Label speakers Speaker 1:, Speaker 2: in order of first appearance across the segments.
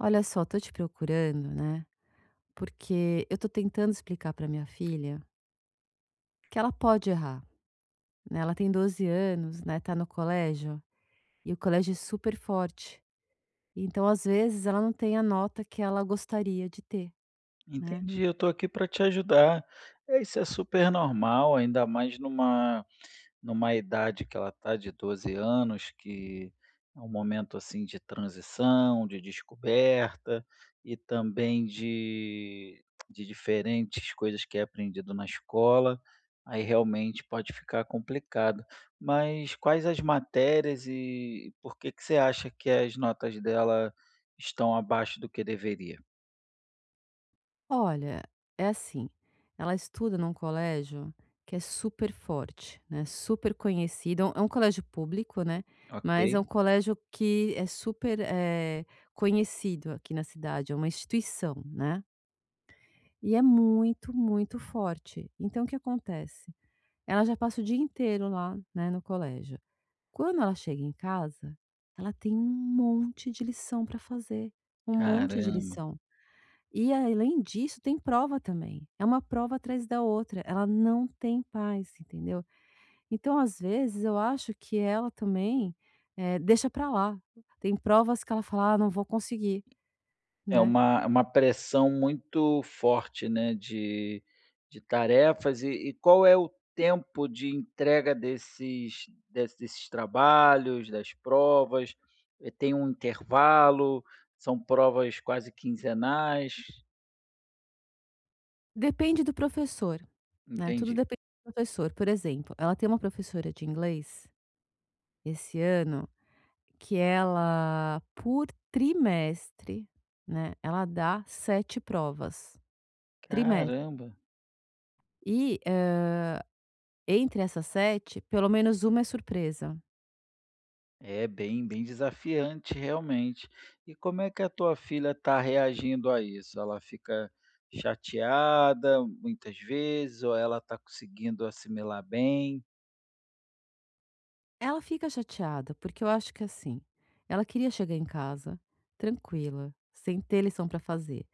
Speaker 1: Olha só, tô te procurando, né? Porque eu tô tentando explicar pra minha filha que ela pode errar, né? Ela tem 12 anos, né? Tá no colégio e o colégio é super forte. Então, às vezes, ela não tem a nota que ela gostaria de ter, né?
Speaker 2: Entendi, eu estou aqui para te ajudar. É, isso é super normal, ainda mais numa idade que ela está de 12 anos, que é um momento, assim, de transição, de descoberta e também de diferentes coisas que é aprendido na escola, aí realmente pode ficar complicado. Mas quais as matérias e por que que você acha que as notas dela estão abaixo do que deveria?
Speaker 1: Olha, é assim, ela estuda num colégio que é super forte, né? Super conhecido. É um colégio público, né?
Speaker 2: Ok,
Speaker 1: Mas é um colégio que é super conhecido aqui na cidade, é uma instituição, né? E é muito, muito forte. Então o que acontece? Ela já passa o dia inteiro lá, né, no colégio. Quando ela chega em casa, ela tem um monte de lição para fazer, um monte de
Speaker 2: caramba.
Speaker 1: lição. E além disso, tem prova também. É uma prova atrás da outra. Ela não tem paz, entendeu? Então, às vezes, eu acho que ela também, deixa para lá. Tem provas que ela fala: "Ah, não vou conseguir",
Speaker 2: É
Speaker 1: né.
Speaker 2: uma pressão muito forte, né, de tarefas e qual é o tempo de entrega desses desses trabalhos, das provas? Tem um intervalo? São provas quase quinzenais?
Speaker 1: Depende do professor. Né, tudo
Speaker 2: Entendi.
Speaker 1: depende do professor. Por exemplo, ela tem uma professora de inglês, esse ano, que ela, por trimestre, né, ela dá 7 provas, trimestre.
Speaker 2: Caramba!
Speaker 1: E entre essas 7, pelo menos uma é surpresa.
Speaker 2: É bem, bem desafiante realmente. E como é que a tua filha está reagindo a isso? Ela fica chateada muitas vezes ou ela está conseguindo assimilar bem?
Speaker 1: Ela fica chateada, porque eu acho que, assim, ela queria chegar em casa tranquila, sem ter lição para fazer.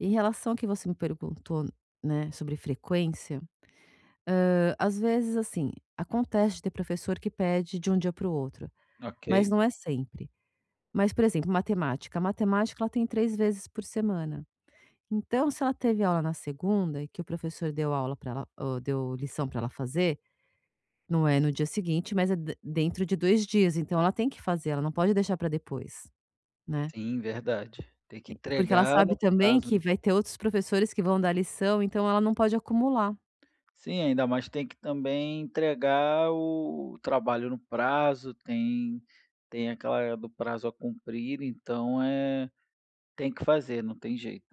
Speaker 1: Em relação ao que você me perguntou, né, sobre frequência. Às vezes, assim, acontece de ter professor que pede de um dia para o outro,
Speaker 2: Ok.
Speaker 1: mas não é sempre. Mas, por exemplo, matemática. A matemática ela tem 3 vezes por semana. Então, se ela teve aula na segunda e que o professor deu aula para ela, deu lição para ela fazer, não é no dia seguinte, mas é de dentro de 2 dias, então ela tem que fazer, ela não pode deixar para depois, né.
Speaker 2: Sim, verdade. Tem que
Speaker 1: Porque ela
Speaker 2: entregar
Speaker 1: sabe
Speaker 2: no
Speaker 1: também
Speaker 2: prazo,
Speaker 1: que
Speaker 2: né?
Speaker 1: vai ter outros professores que vão dar lição, então ela não pode acumular.
Speaker 2: Sim, ainda mais tem que também entregar o trabalho no prazo, tem aquela do prazo a cumprir, então, tem que fazer, não tem jeito.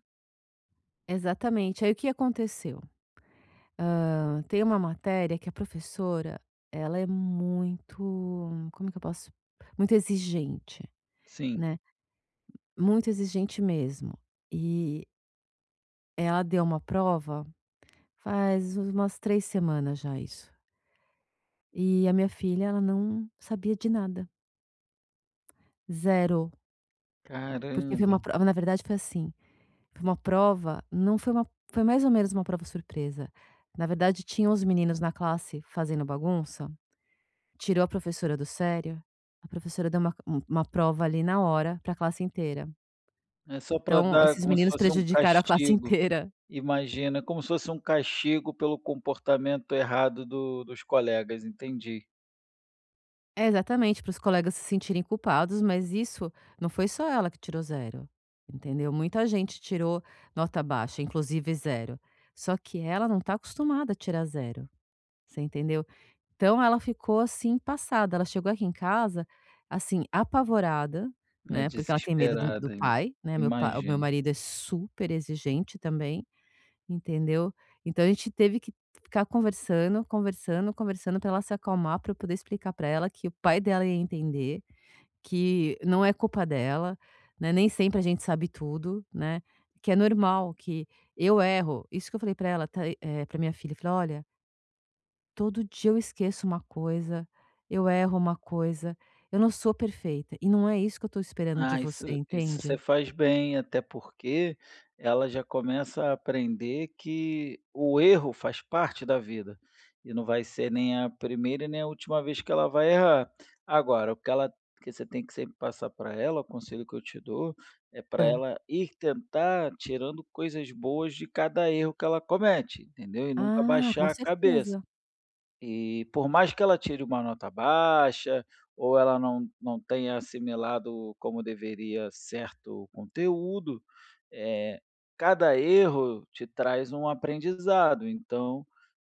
Speaker 1: Exatamente. Aí o que aconteceu? Ah, tem uma matéria que a professora, ela é muito, como que eu posso muito exigente,
Speaker 2: Sim.
Speaker 1: né, muito exigente mesmo. E ela deu uma prova faz umas 3 semanas já isso. E a minha filha, ela não sabia de nada, zero, porque foi
Speaker 2: Caramba!
Speaker 1: uma prova, na verdade foi assim, foi uma prova, não foi uma, foi mais ou menos uma prova surpresa. Na verdade tinham os meninos na classe fazendo bagunça, tirou a professora do sério, a professora deu uma prova ali na hora para a classe inteira.
Speaker 2: É só para
Speaker 1: Então
Speaker 2: dar
Speaker 1: esses
Speaker 2: como se
Speaker 1: meninos
Speaker 2: fosse um
Speaker 1: prejudicaram a classe
Speaker 2: castigo.
Speaker 1: inteira.
Speaker 2: Imagina, como se fosse um castigo pelo comportamento errado do dos colegas, entendi.
Speaker 1: É, exatamente, para os colegas se sentirem culpados, mas isso não foi só ela que tirou zero, entendeu. Muita gente tirou nota baixa, inclusive zero. Só que ela não está acostumada a tirar zero. Você entendeu? Então ela ficou, assim, passada, ela chegou aqui em casa, assim, apavorada,
Speaker 2: É
Speaker 1: né, porque ela tem medo do
Speaker 2: desesperada, im
Speaker 1: pai, né, meu pa o meu
Speaker 2: imagino.
Speaker 1: marido é super exigente também, entendeu. Então a gente teve que ficar conversando, conversando, conversando para ela se acalmar, para eu poder explicar para ela que o pai dela ia entender, que não é culpa dela, né, nem sempre a gente sabe tudo, né, que é normal, que eu erro. Isso que eu falei para ela, tá, eh, minha filha, eu falei: "Olha, todo dia eu esqueço uma coisa, eu erro uma coisa, eu não sou perfeita, e não é isso que eu estou esperando de
Speaker 2: Ah,
Speaker 1: você,
Speaker 2: isso você
Speaker 1: entende?"
Speaker 2: faz bem, até porque ela já começa a aprender que o erro faz parte da vida e não vai ser nem a primeira e nem a última vez que ela vai errar. Agora, o que ela que você tem que sempre passar para ela, o conselho que eu te dou, é para
Speaker 1: Hã.
Speaker 2: ela ir tentar tirando coisas boas de cada erro que ela comete, entendeu? E nunca
Speaker 1: Ah, com
Speaker 2: baixar a cabeça.
Speaker 1: certeza.
Speaker 2: E por mais que ela tire uma nota baixa, ou ela não tenha assimilado como deveria certo conteúdo, eh, cada erro te traz um aprendizado, então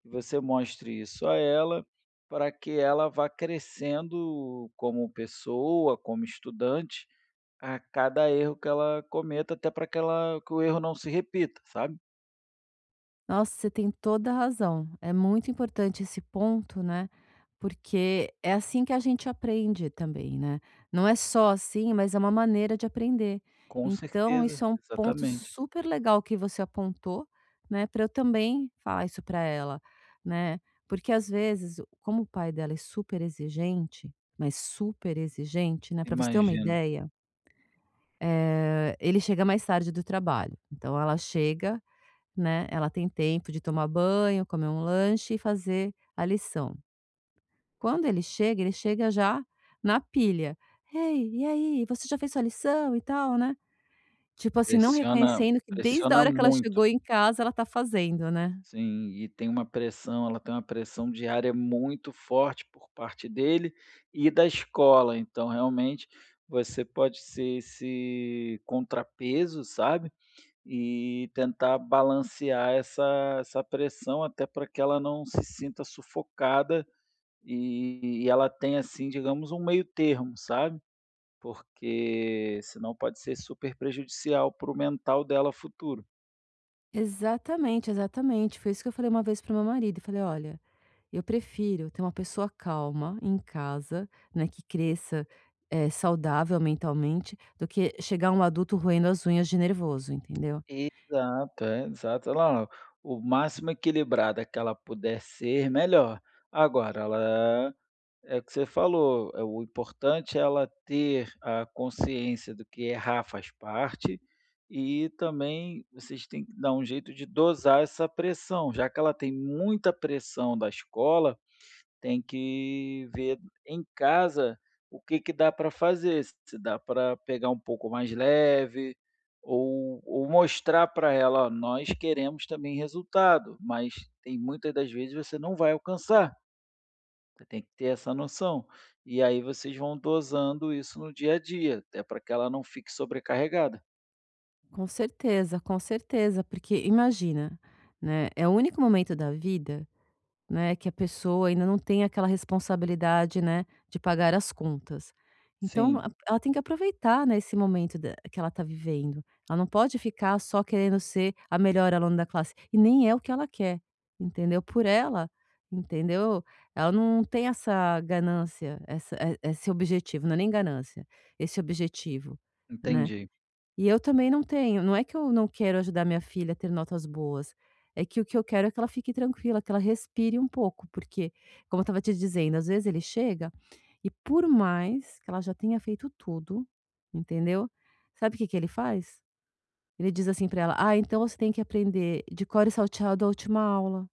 Speaker 2: que você mostre isso a ela, para que ela vá crescendo como pessoa, como estudante, a cada erro que ela cometa, até para que ela que o erro não se repita, sabe.
Speaker 1: Nossa, você tem toda a razão. É muito importante esse ponto, né? Porque é assim que a gente aprende também, né? Não é só assim, mas é uma maneira de aprender.
Speaker 2: Com
Speaker 1: Então,
Speaker 2: certeza,
Speaker 1: isso é um ponto
Speaker 2: exatamente,
Speaker 1: super legal que você apontou, né? Para eu também falar isso para ela, né? Porque às vezes, como o pai dela é super exigente, mas super exigente, né? Para você ter uma
Speaker 2: imagino.
Speaker 1: ideia, ele chega mais tarde do trabalho. Então, ela chega, né, ela tem tempo de tomar banho, comer um lanche e fazer a lição. Quando ele chega já na pilha. "Ei, e aí, você já fez sua lição e tal, né?" Tipo assim, não reconhecendo que desde a
Speaker 2: Pressiona
Speaker 1: hora que ela
Speaker 2: muito,
Speaker 1: chegou em casa ela tá fazendo, né.
Speaker 2: sim, e tem uma pressão diária muito forte por parte dele e da escola, então realmente você pode ser esse contrapeso, sabe, e tentar balancear essa pressão até para que ela não se sinta sufocada e ela tenha, assim, digamos, um meio termo, sabe, porque senão pode ser super prejudicial para o mental dela futuro.
Speaker 1: Exatamente, exatamente. Foi isso que eu falei uma vez para meu marido, eu falei: "Olha, eu prefiro ter uma pessoa calma em casa, né, que cresça, saudável mentalmente, do que chegar um adulto roendo as unhas de nervoso", entendeu.
Speaker 2: Exato, é, exato. Não, o máximo equilibrada que ela puder ser, melhor. Agora, ela é o que você falou, é o importante é ela ter a consciência do que errar faz parte, e também vocês têm que dar um jeito de dosar essa pressão, já que ela tem muita pressão da escola, tem que ver em casa o que que dá para fazer, se dá para pegar um pouco mais leve ou mostrar para ela: "Ó, nós queremos também resultado, mas tem muitas das vezes você não vai alcançar, você tem que ter essa noção". E aí vocês vão dosando isso no dia a dia, até para que ela não fique sobrecarregada.
Speaker 1: Com certeza, porque imagina, né, é o único momento da vida, né, que a pessoa ainda não tem aquela responsabilidade, né, de pagar as contas. Então
Speaker 2: Sim,
Speaker 1: a ela tem que aproveitar, né, esse momento da que ela está vivendo. Ela não pode ficar só querendo ser a melhor aluna da classe, e nem é o que ela quer, entendeu, por ela, entendeu. Ela não tem essa ganância, esse objetivo, não é nem ganância, esse objetivo, né.
Speaker 2: entendi.
Speaker 1: E eu também não tenho. Não é que eu não quero ajudar minha filha a ter notas boas, é que o que eu quero é que ela fique tranquila, que ela respire um pouco, porque, como eu estava te dizendo, às vezes ele chega e, por mais que ela já tenha feito tudo, entendeu? Sabe o que que ele faz? Ele diz assim para ela: "Ah, então você tem que aprender de cor e salteado a última aula".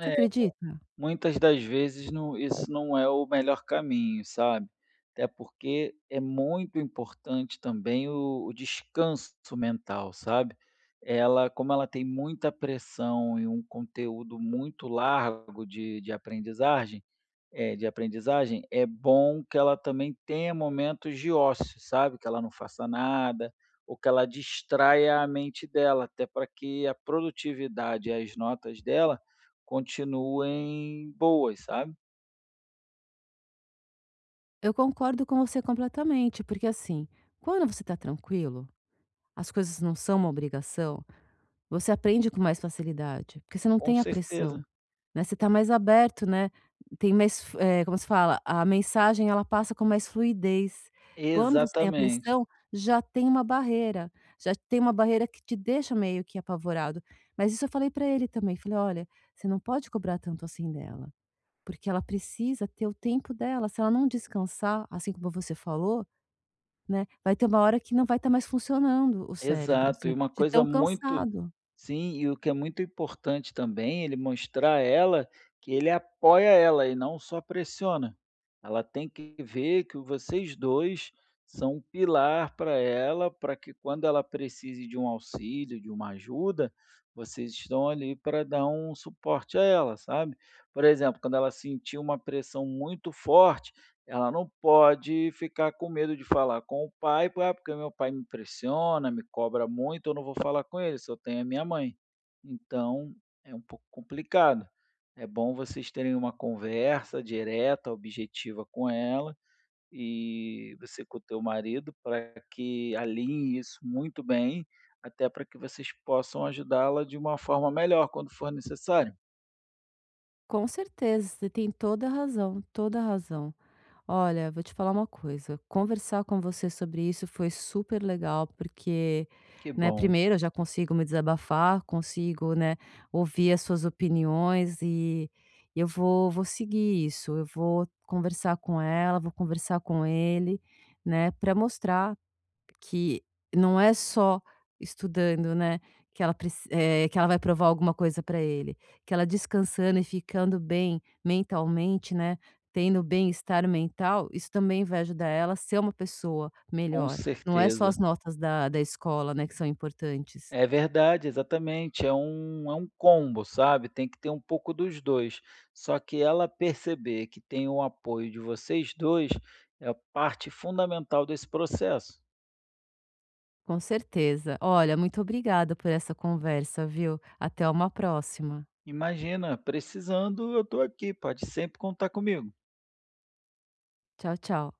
Speaker 1: Você acredita?
Speaker 2: Muitas das vezes não, isso não é o melhor caminho, sabe. Até porque é muito importante também o descanso mental, sabe. Ela como ela tem muita pressão e um conteúdo muito largo de aprendizagem é, de aprendizagem, é bom que ela também tenha momentos de ócio, sabe, que ela não faça nada, ou que ela distraia a mente dela, até para que a produtividade e as notas dela continuem boas, sabe.
Speaker 1: Eu concordo com você completamente, porque assim, quando você está tranquilo, as coisas não são uma obrigação. Você aprende com mais facilidade, porque você não
Speaker 2: Com
Speaker 1: tem a
Speaker 2: certeza.
Speaker 1: pressão, né, você está mais aberto, né, tem mais como se fala? A mensagem ela passa com mais fluidez. Quando você tem a
Speaker 2: Exatamente.
Speaker 1: pressão, já tem uma barreira, já tem uma barreira que te deixa meio que apavorado. Mas isso eu falei para ele também, falei: "Olha, você não pode cobrar tanto assim dela, porque ela precisa ter o tempo dela, se ela não descansar, assim como você falou, né, vai ter uma hora que não vai estar mais funcionando o cérebro,
Speaker 2: Exato. E
Speaker 1: assim,
Speaker 2: uma
Speaker 1: de
Speaker 2: coisa
Speaker 1: tão
Speaker 2: muito
Speaker 1: cansado".
Speaker 2: Sim, e o que é muito importante também, ele mostrar a ela que ele apoia ela e não só pressiona. Ela tem que ver que vocês dois são um pilar para ela, para que quando ela precise de um auxílio, de uma ajuda, vocês estão ali para dar um suporte a ela, sabe? Por exemplo, quando ela sentir uma pressão muito forte, ela não pode ficar com medo de falar com o pai, "Ah, porque meu pai me pressiona, me cobra muito, eu não vou falar com ele, só tenho a minha mãe". Então, é um pouco complicado. É bom vocês terem uma conversa direta, objetiva com ela e você com o teu marido, para que alinhe isso muito bem, até para que vocês possam ajudá-la de uma forma melhor quando for necessário.
Speaker 1: Com certeza, você tem toda a razão, toda a razão. Olha, vou te falar uma coisa, conversar com você sobre isso foi super legal, porque,
Speaker 2: Que
Speaker 1: né,
Speaker 2: bom.
Speaker 1: primeiro eu já consigo me desabafar, consigo, né, ouvir as suas opiniões e eu vou seguir isso, eu vou conversar com ela, vou conversar com ele, né, para mostrar que não é só estudando, né, que ela vai provar alguma coisa para ele, que ela descansando e ficando bem mentalmente, né, tendo bem-estar mental, isso também vai ajudar ela a ser uma pessoa
Speaker 2: Com
Speaker 1: melhor. Não é só
Speaker 2: certeza.
Speaker 1: as notas da escola, né, que são importantes.
Speaker 2: É verdade, exatamente, é um combo, sabe, tem que ter um pouco dos 2. Só que ela perceber que tem o apoio de vocês 2 é a parte fundamental desse processo.
Speaker 1: Com certeza. Olha, muito obrigada por essa conversa, viu. Até uma próxima.
Speaker 2: Imagina, precisando eu estou aqui, pode sempre contar comigo.
Speaker 1: Tchau, tchau.